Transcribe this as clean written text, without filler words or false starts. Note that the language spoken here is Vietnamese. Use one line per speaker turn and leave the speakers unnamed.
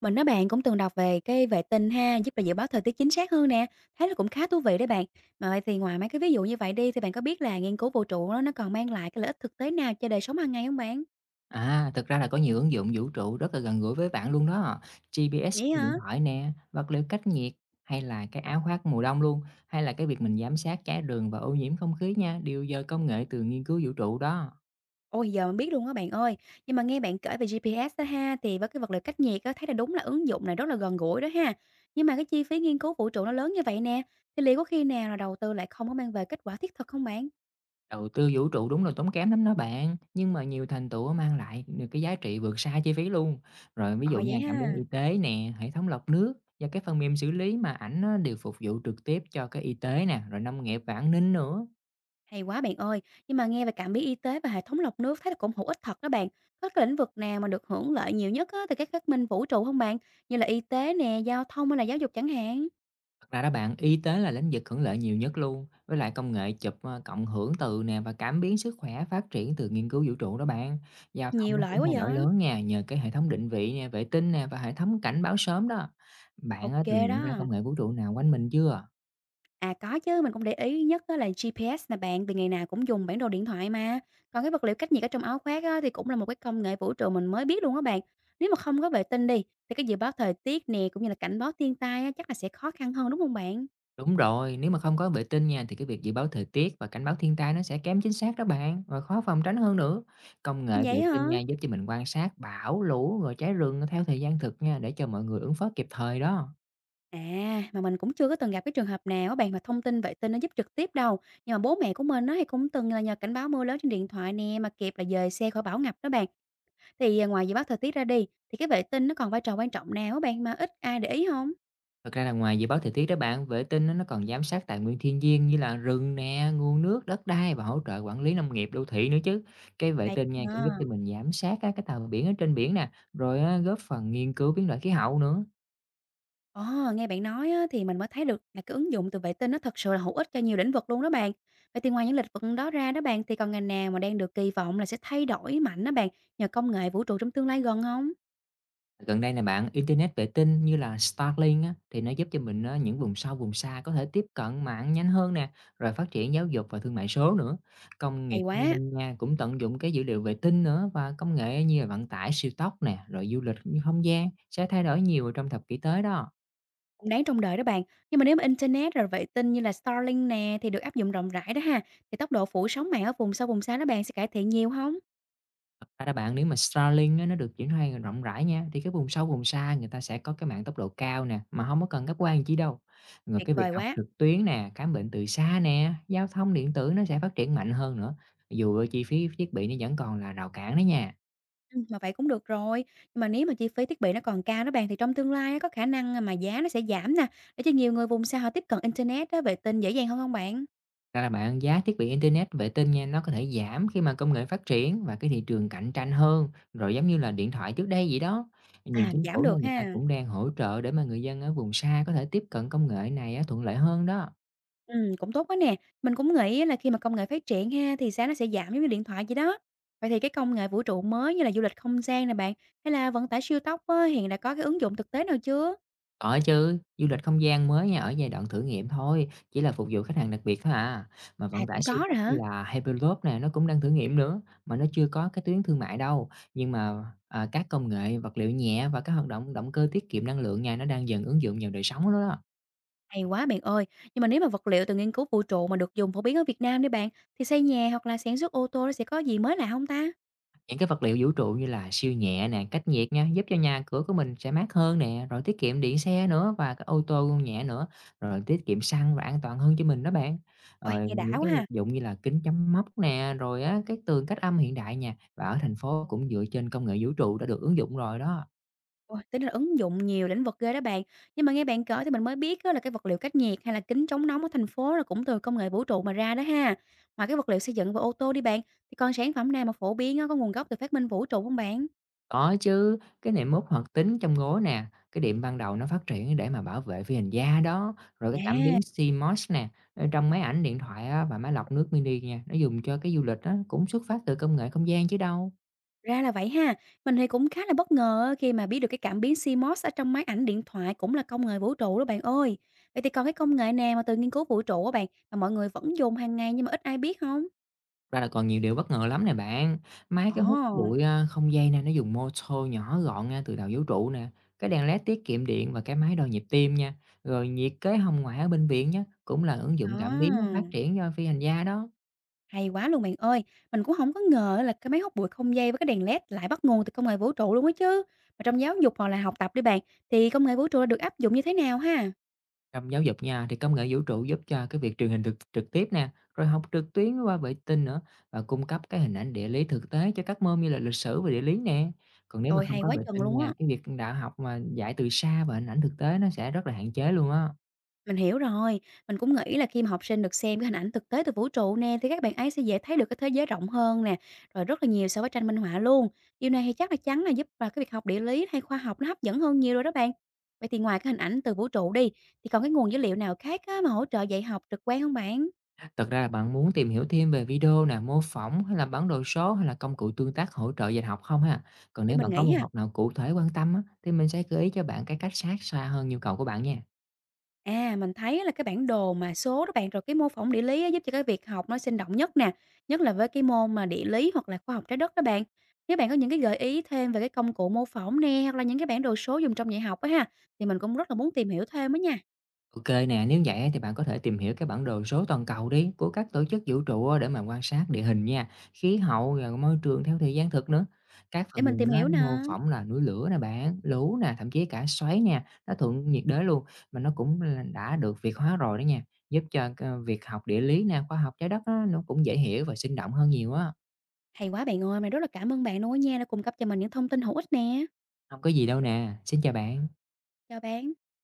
Mình nói bạn cũng từng đọc về cái vệ tinh ha, giúp là dự báo thời tiết chính xác hơn nè, thấy là cũng khá thú vị đấy bạn. Mà vậy thì ngoài mấy cái ví dụ như vậy đi thì bạn có biết là nghiên cứu vũ trụ đó nó còn mang lại cái lợi ích thực tế nào cho đời sống hàng ngày không bạn?
À, thực ra là có nhiều ứng dụng vũ trụ rất là gần gũi với bạn luôn đó. GPS
Vậy
trên điện
hả?
thoại nè, vật liệu cách nhiệt hay là cái áo khoác mùa đông luôn, hay là cái việc mình giám sát trái đường và ô nhiễm không khí nha, đều nhờ công nghệ từ nghiên cứu vũ trụ đó.
Ôi giờ mình biết luôn á bạn ơi. Nhưng mà nghe bạn kể về GPS đó ha, thì với cái vật liệu cách nhiệt á, thấy là đúng là ứng dụng này rất là gần gũi đó ha. Nhưng mà cái chi phí nghiên cứu vũ trụ nó lớn như vậy nè, thì liệu có khi nào là đầu tư lại không có mang về kết quả thiết thực không bạn?
Đầu tư vũ trụ đúng là tốn kém lắm đó bạn, nhưng mà nhiều thành tựu mang lại được cái giá trị vượt xa chi phí luôn. Rồi ví
Ờ,
dụ
vậy
nha, cảm biến
ha.
y tế nè, hệ thống lọc nước và cái phần mềm xử lý mà ảnh nó đều phục vụ trực tiếp cho cái y tế nè, rồi nông nghiệp và an ninh nữa.
Hay quá bạn ơi, nhưng mà nghe về cảm biến y tế và hệ thống lọc nước, thấy là cũng hữu ích thật đó bạn. Có cái lĩnh vực nào mà được hưởng lợi nhiều nhất á, từ các phát minh vũ trụ không bạn? Như là y tế nè, giao thông hay là giáo dục chẳng hạn.
Thật ra đó bạn, y tế là lĩnh vực hưởng lợi nhiều nhất luôn, với lại công nghệ chụp cộng hưởng từ nè và cảm biến sức khỏe phát triển từ nghiên cứu vũ trụ đó bạn. Giao thông
Nhiều
nó
lợi
cũng
quá
thay đổi
vậy.
lớn nha, nhờ cái hệ thống định vị nè, vệ tinh nè và hệ thống cảnh báo sớm đó. Bạn
Ok
từng nhận ra
đó.
công nghệ vũ trụ nào quanh mình chưa?
À, có chứ, mình cũng để ý nhất á là GPS nè bạn, vì ngày nào cũng dùng bản đồ điện thoại mà. Còn cái vật liệu cách nhiệt ở trong áo khoác á, thì cũng là một cái công nghệ vũ trụ mình mới biết luôn á bạn. Nếu mà không có vệ tinh đi, thì cái dự báo thời tiết nè cũng như là cảnh báo thiên tai á, chắc là sẽ khó khăn hơn đúng không bạn?
Đúng rồi, nếu mà không có vệ tinh nha thì cái việc dự báo thời tiết và cảnh báo thiên tai nó sẽ kém chính xác đó bạn và khó phòng tránh hơn nữa. Công nghệ vệ
Vậy
tinh
hả?
nha giúp cho mình quan sát bão, lũ rồi cháy rừng theo thời gian thực nha để cho mọi người ứng phó kịp thời đó.
À, mà mình cũng chưa có từng gặp cái trường hợp nào á bạn, mà thông tin vệ tinh nó giúp trực tiếp đâu. Nhưng mà bố mẹ của mình nó thì cũng từng là nhờ cảnh báo mưa lớn trên điện thoại nè, mà kịp là dời xe khỏi bão ngập đó bạn. Thì à, ngoài dự báo thời tiết ra đi, thì cái vệ tinh nó còn vai trò quan trọng nào á bạn, mà ít ai để ý không?
Thật ra là ngoài dự báo thời tiết đó bạn, vệ tinh á, nó còn giám sát tài nguyên thiên nhiên như là rừng nè, nguồn nước, đất đai và hỗ trợ quản lý nông nghiệp đô thị nữa chứ. Cái vệ
Hay
tinh nha cũng giúp
à.
cho mình giám sát các cái tàu biển ở trên biển nè, rồi á, góp phần nghiên cứu biến đổi khí hậu nữa.
Ồ, nghe bạn nói á, thì mình mới thấy được là cái ứng dụng từ vệ tinh nó thật sự là hữu ích cho nhiều lĩnh vực luôn đó bạn. Vậy thì ngoài những lĩnh vực đó ra đó bạn, thì còn ngành nào mà đang được kỳ vọng là sẽ thay đổi mạnh đó bạn, nhờ công nghệ vũ trụ trong tương lai gần không?
Gần đây này bạn, internet vệ tinh như là Starlink á, thì nó giúp cho mình á, những vùng sâu vùng xa có thể tiếp cận mạng nhanh hơn nè, rồi phát triển giáo dục và thương mại số nữa. Công nghiệp
Hay
thông
quá.
minh nha cũng tận dụng cái dữ liệu vệ tinh nữa và công nghệ như là vận tải siêu tốc nè, rồi du lịch như không gian sẽ thay đổi nhiều trong thập kỷ tới đó.
Cũng đáng trông đợi đó bạn. Nhưng mà nếu mà internet rồi vệ tinh như là Starlink nè thì được áp dụng rộng rãi đó ha, thì tốc độ phủ sóng mạng ở vùng sâu vùng xa đó bạn sẽ cải thiện nhiều không?
Thật ra đó bạn, nếu mà Starlink á, nó được triển khai rộng rãi nha, thì cái vùng sâu vùng xa người ta sẽ có cái mạng tốc độ cao nè, mà không có cần cáp quang chi đâu. Rồi
Tuyệt
cái việc
vời
học
quá.
trực tuyến nè, khám bệnh từ xa nè, giao thông điện tử nó sẽ phát triển mạnh hơn nữa, dù ở chi phí thiết bị nó vẫn còn là rào cản đó nha.
Mà vậy cũng được rồi. Nhưng mà nếu mà chi phí thiết bị nó còn cao đó bạn, thì trong tương lai á có khả năng, à, mà giá nó sẽ giảm nè, để cho nhiều người vùng xa họ tiếp cận internet á, vệ tinh dễ dàng hơn không bạn?
Ra là bạn, giá thiết bị internet vệ tinh nha, nó có thể giảm khi mà công nghệ phát triển và cái thị trường cạnh tranh hơn, rồi giống như là điện thoại trước đây vậy đó. Nhiều
À,
chính
giảm
phủ nha,
được
người ta
ha.
cũng đang hỗ trợ để mà người dân ở vùng xa có thể tiếp cận công nghệ này á, thuận lợi hơn đó.
Cũng tốt quá nè. Mình cũng nghĩ á là khi mà công nghệ phát triển ha, thì giá nó sẽ giảm giống như điện thoại vậy đó. Vậy thì cái công nghệ vũ trụ mới như là du lịch không gian nè bạn, hay là vận tải siêu tốc á, hiện đã có cái ứng dụng thực tế nào chưa?
Có chứ, du lịch không gian mới nha, ở giai đoạn thử nghiệm thôi, chỉ là phục vụ khách hàng đặc biệt thôi à. Mà
À,
vận tải
cũng
siêu
có
tốc
rồi
như
hả?
là Hyperloop nè, nó cũng đang thử nghiệm nữa, mà nó chưa có cái tuyến thương mại đâu. Nhưng mà, à, các công nghệ, vật liệu nhẹ và các hoạt động động cơ tiết kiệm năng lượng nha, nó đang dần ứng dụng vào đời sống đó đó.
Hay quá bạn ơi. Nhưng mà nếu mà vật liệu từ nghiên cứu vũ trụ mà được dùng phổ biến ở Việt Nam đi bạn, thì xây nhà hoặc là sản xuất ô tô nó sẽ có gì mới lạ không ta?
Những cái vật liệu vũ trụ như là siêu nhẹ nè, cách nhiệt nha, giúp cho nhà cửa của mình sẽ mát hơn nè, rồi tiết kiệm điện xe nữa và cái ô tô nhẹ nữa, rồi tiết kiệm xăng và an toàn hơn cho mình đó bạn.
Ôi,
Rồi
nghe đã
những
quá
cái vật
ha.
dụng như là kính chắn móc nè, rồi á, cái tường cách âm hiện đại nha, và ở thành phố cũng dựa trên công nghệ vũ trụ đã được ứng dụng rồi đó.
Ôi, tính là ứng dụng nhiều lĩnh vực ghê đó bạn. Nhưng mà nghe bạn kể thì mình mới biết á là cái vật liệu cách nhiệt hay là kính chống nóng ở thành phố là cũng từ công nghệ vũ trụ mà ra đó ha. Ngoài cái vật liệu xây dựng và ô tô đi bạn, thì còn sản phẩm nào mà phổ biến á, có nguồn gốc từ phát minh vũ trụ không bạn?
Có chứ, cái nệm mút hoạt tính trong gối nè, cái điểm ban đầu nó phát triển để mà bảo vệ phi hành da đó, rồi cái cảm
À,
biến CMOS nè, trong máy ảnh điện thoại á, và máy lọc nước mini nha, nó dùng cho cái du lịch á, cũng xuất phát từ công nghệ không gian chứ đâu.
ra là vậy ha. Mình thì cũng khá là bất ngờ á, khi mà biết được cái cảm biến CMOS ở trong máy ảnh điện thoại cũng là công nghệ vũ trụ đó bạn ơi. Vậy thì còn cái công nghệ nào mà từ nghiên cứu vũ trụ á bạn, mà mọi người vẫn dùng hàng ngày nhưng mà ít ai biết không?
Ra là còn nhiều điều bất ngờ lắm nè bạn. Máy cái hút
Ồ,
bụi không dây nè, nó dùng motor nhỏ gọn từ đầu vũ trụ nè, cái đèn LED tiết kiệm điện và cái máy đo nhịp tim nha, rồi nhiệt kế hồng ngoại ở bệnh viện nhé, cũng là ứng dụng cảm biến phát
đó.
triển cho phi hành gia đó.
Hay quá luôn bạn ơi! Mình cũng không có ngờ là cái máy hút bụi không dây với cái đèn LED lại bắt nguồn từ công nghệ vũ trụ luôn á chứ. Mà trong giáo dục hoặc là học tập đi bạn, thì công nghệ vũ trụ đã được áp dụng như thế nào ha?
Trong giáo dục nha, thì công nghệ vũ trụ giúp cho cái việc truyền hình thực trực tiếp nè, rồi học trực tuyến qua vệ tinh nữa và cung cấp cái hình ảnh địa lý thực tế cho các môn như là lịch sử và địa lý nè. Còn nếu mà
Ôi,
không
hay
có
quá
vệ
chừng
tinh
luôn
nha,
á!
cái việc đã học mà dạy từ xa và hình ảnh thực tế nó sẽ rất là hạn chế luôn á.
Mình hiểu rồi, mình cũng nghĩ là khi mà học sinh được xem cái hình ảnh thực tế từ vũ trụ nè, thì các bạn ấy sẽ dễ thấy được cái thế giới rộng hơn nè, rồi rất là nhiều so với tranh minh họa luôn. Điều này thì chắc là chắn là giúp vào cái việc học địa lý hay khoa học nó hấp dẫn hơn nhiều rồi đó bạn. Vậy thì ngoài cái hình ảnh từ vũ trụ đi, thì còn cái nguồn dữ liệu nào khác á mà hỗ trợ dạy học trực quan không bạn?
Thật ra là bạn muốn tìm hiểu thêm về video nè, mô phỏng hay là bản đồ số hay là công cụ tương tác hỗ trợ dạy học không ha? Còn
Để
nếu bạn
mình
có
nghĩ
môn
ha.
học nào cụ thể quan tâm á, thì mình sẽ gợi ý cho bạn cái cách sát xa hơn nhu cầu của bạn nha.
À, mình thấy á là cái bản đồ mà số đó bạn, rồi cái mô phỏng địa lý á giúp cho cái việc học nó sinh động nhất nè, nhất là với cái môn mà địa lý hoặc là khoa học trái đất đó bạn. Nếu bạn có những cái gợi ý thêm về cái công cụ mô phỏng nè, hoặc là những cái bản đồ số dùng trong dạy học á ha, thì mình cũng rất là muốn tìm hiểu thêm á nha,
OK nè, nếu vậy á thì bạn có thể tìm hiểu cái bản đồ số toàn cầu đi của các tổ chức vũ trụ á để mà quan sát địa hình nha, khí hậu rồi môi trường theo thời gian thực nữa. Các
để
phần
mình
mềm
tìm
á,
hiểu
nó
nè.
mô phỏng là núi lửa nè bạn, lũ nè, thậm chí cả xoáy nè, nó thuận nhiệt đới luôn mà nó cũng là đã được Việt hóa rồi đó nha, giúp cho cái việc học địa lý nè, khoa học trái đất á, nó cũng dễ hiểu và sinh động hơn nhiều á.
Hay quá bạn ơi, mình rất là cảm ơn bạn luôn á nha, đã cung cấp cho mình những thông tin hữu ích nè.
Không có gì đâu nè. Xin chào bạn.
Chào bạn.